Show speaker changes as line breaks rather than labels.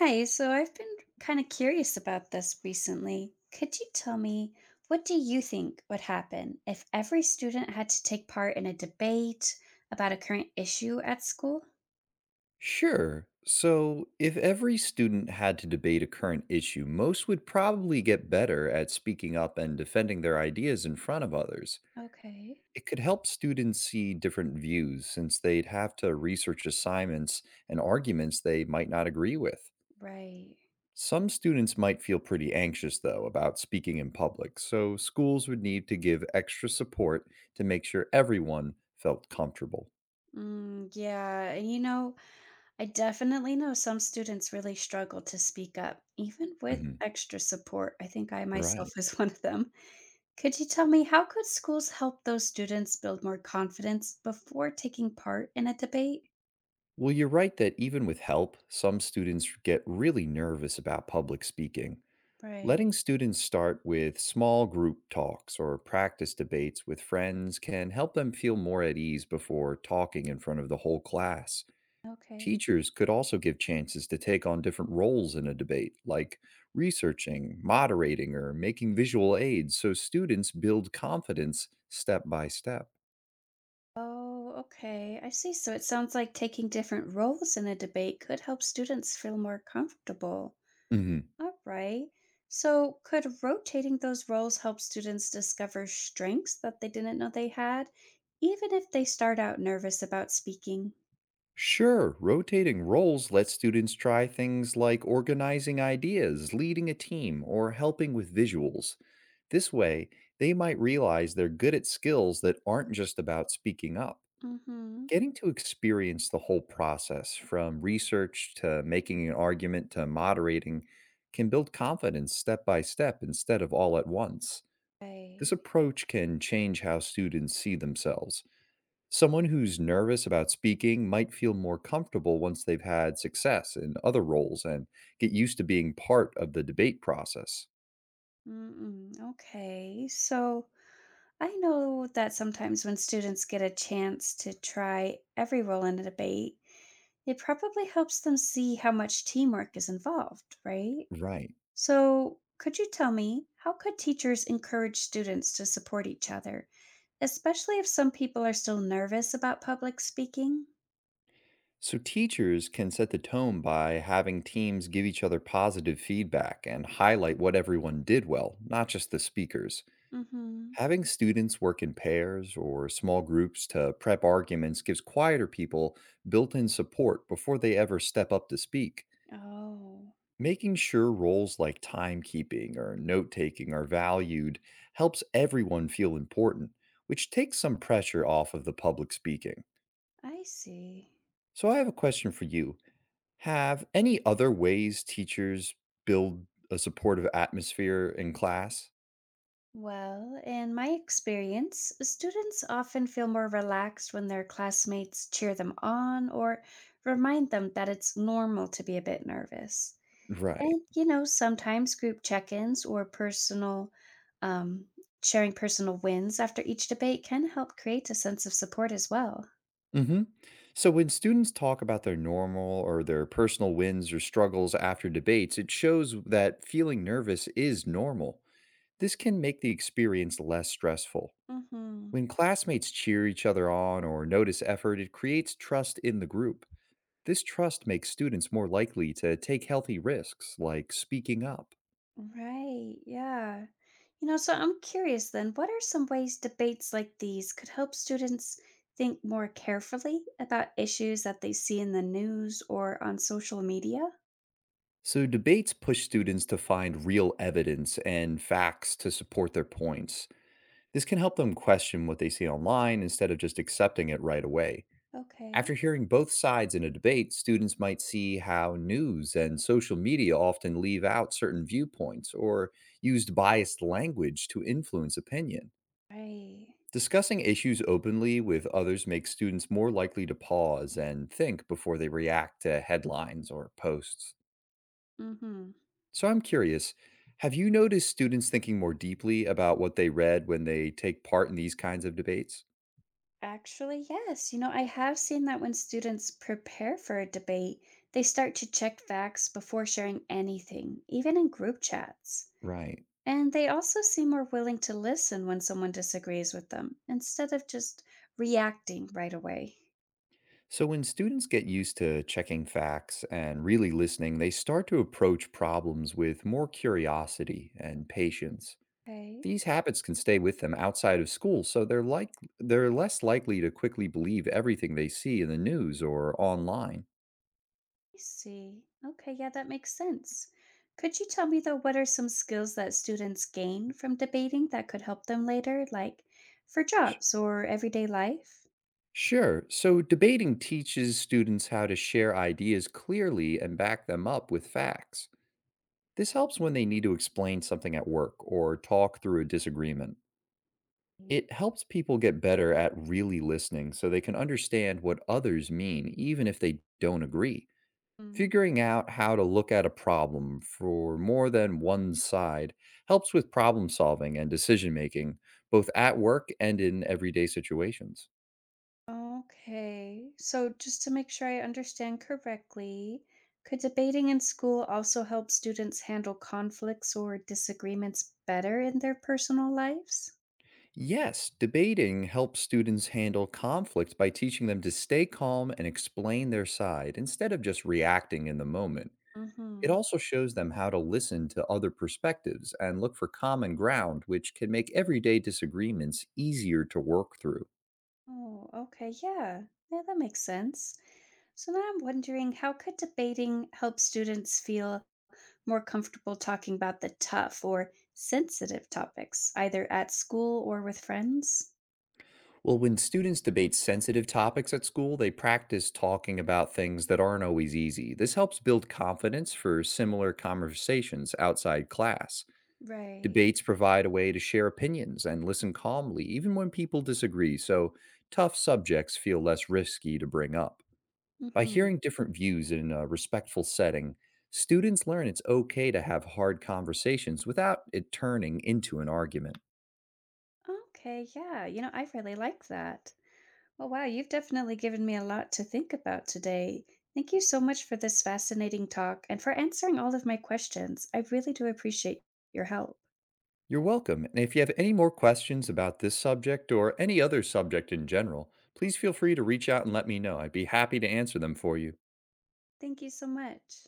Hi, so I've been kind of curious about this recently. Could you tell me what do you think would happen if every student had to take part in a debate about a current issue at school?
Sure. So, if every student had to debate a current issue, most would probably get better at speaking up and defending their ideas in front of others.
Okay,
It could help students see different views since they'd have to research assignments and arguments they might not agree with.
right.
Some students might feel pretty anxious, though, about speaking in public, so schools would need to give extra support to make sure everyone felt comfortable.
Mm, yeah, and I definitely know some students really struggle to speak up, even with
Mhm.
extra support. I think I myself
Right.
is one of them. Could you tell me how could schools help those students build more confidence before taking part in a debate?
Well, you're right that even with help, some students get really nervous about public speaking. Letting
Right.
students start with small group talks or practice debates with friends can help them feel more at ease before talking in front of the whole class.
Okay.
Teachers could also give chances to take on different roles in a debate, like researching, moderating, or making visual aids, so students build confidence step by step.
Oh, okay. I see. So it sounds like taking different roles in a debate could help students feel more comfortable.
Mhm.
All right. So could rotating those roles help students discover strengths that they didn't know they had, even if they start out nervous about speaking?
Sure, rotating roles lets students try things like organizing ideas, leading a team, or helping with visuals. This way, they might realize they're good at skills that aren't just about speaking up.
Mm-hmm.
Getting to experience the whole process, from research to making an argument to moderating, can build confidence step by step instead of all at once. This
Right.
approach can change how students see themselves. Someone who's nervous about speaking might feel more comfortable once they've had success in other roles and get used to being part of the debate process.
Mm-mm. Okay. So I know that sometimes when students get a chance to try every role in a debate, it probably helps them see how much teamwork is involved, right?
Right.
So, could you tell me how could teachers encourage students to support each other, especially if some people are still nervous about public speaking?
So, teachers can set the tone by having teams give each other positive feedback and highlight what everyone did well, not just the speakers.
Mhm.
Having students work in pairs or small groups to prep arguments gives quieter people built in support before they ever step up to speak.
Oh,
Making sure roles like timekeeping or note taking are valued helps everyone feel important, which takes some pressure off of the public speaking.
I see.
So, I have a question for you. Have any other ways teachers build a supportive atmosphere in class?
Well, in my experience, students often feel more relaxed when their classmates cheer them on or remind them that it's normal to be a bit nervous.
Right.
And, sometimes group check ins or um, sharing personal wins after each debate can help create a sense of support as well.
hmm So, when students talk about their normal or their personal wins or struggles after debates, it shows that feeling nervous is normal. This can make the experience less stressful.
Mm-hmm.
When classmates cheer each other on or notice effort, it creates trust in the group. This trust makes students more likely to take healthy risks, like speaking up.
Right. Yeah. So I'm curious then, what are some ways debates like these could help students think more carefully about issues that they see in the news or on social media?
So, debates push students to find real evidence and facts to support their points. This can help them question what they see online instead of just accepting it right away.
Okay.
After hearing both sides in a debate, students might see how news and social media often leave out certain viewpoints or used biased language to influence opinion.
Right.
Discussing issues openly with others makes students more likely to pause and think before they react to headlines or posts.
Mhm.
So, I'm curious, have you noticed students thinking more deeply about what they read when they take part in these kinds of debates?
Actually, yes. I have seen that when students prepare for a debate, they start to check facts before sharing anything, even in group chats.
Right.
And they also seem more willing to listen when someone disagrees with them instead of just reacting right away.
So when students get used to checking facts and really listening, they start to approach problems with more curiosity and patience.
Okay.
These habits can stay with them outside of school, so they're less likely to quickly believe everything they see in the news or online.
I see. Okay, yeah, that makes sense. Could you tell me, though, what are some skills that students gain from debating that could help them later, like for
Sh-
jobs or everyday life?
Sure. So, debating teaches students how to share ideas clearly and back them up with facts. This helps when they need to explain something at work or talk through a disagreement. It helps people get better at really listening so they can understand what others mean, even if they don't agree.
Mm.
Figuring out how to look at a problem for more than one side helps with problem solving and decision making, both at work and in everyday situations.
Okay, so just to make sure I understand correctly, could debating in school also help students handle conflicts or disagreements better in their personal lives?
Yes, debating helps students handle conflict by teaching them to stay calm and explain their side instead of just reacting in the moment. It
Mm-hmm.
also shows them how to listen to other perspectives and look for common ground, which can make everyday disagreements easier to work through.
Oh, okay. Yeah. Yeah, that makes sense. So now I'm wondering how could debating help students feel more comfortable talking about the tough or sensitive topics, either at school or with friends?
Well, when students debate sensitive topics at school, they practice talking about things that aren't always easy. This helps build confidence for similar conversations outside class.
Right.
Debates provide a way to share opinions and listen calmly, even when people disagree, so tough subjects feel less risky to bring up. By
Mm-hmm.
hearing different views in a respectful setting, students learn it's okay to have hard conversations without it turning into an argument.
Okay, yeah. I really like that. Well, wow, you've definitely given me a lot to think about today. Thank you so much for this fascinating talk and for answering all of my questions. I really do appreciate your help.
You're welcome. And if you have any more questions about this subject or any other subject in general, please feel free to reach out and let me know. I'd be happy to answer them for you.
Thank you so much.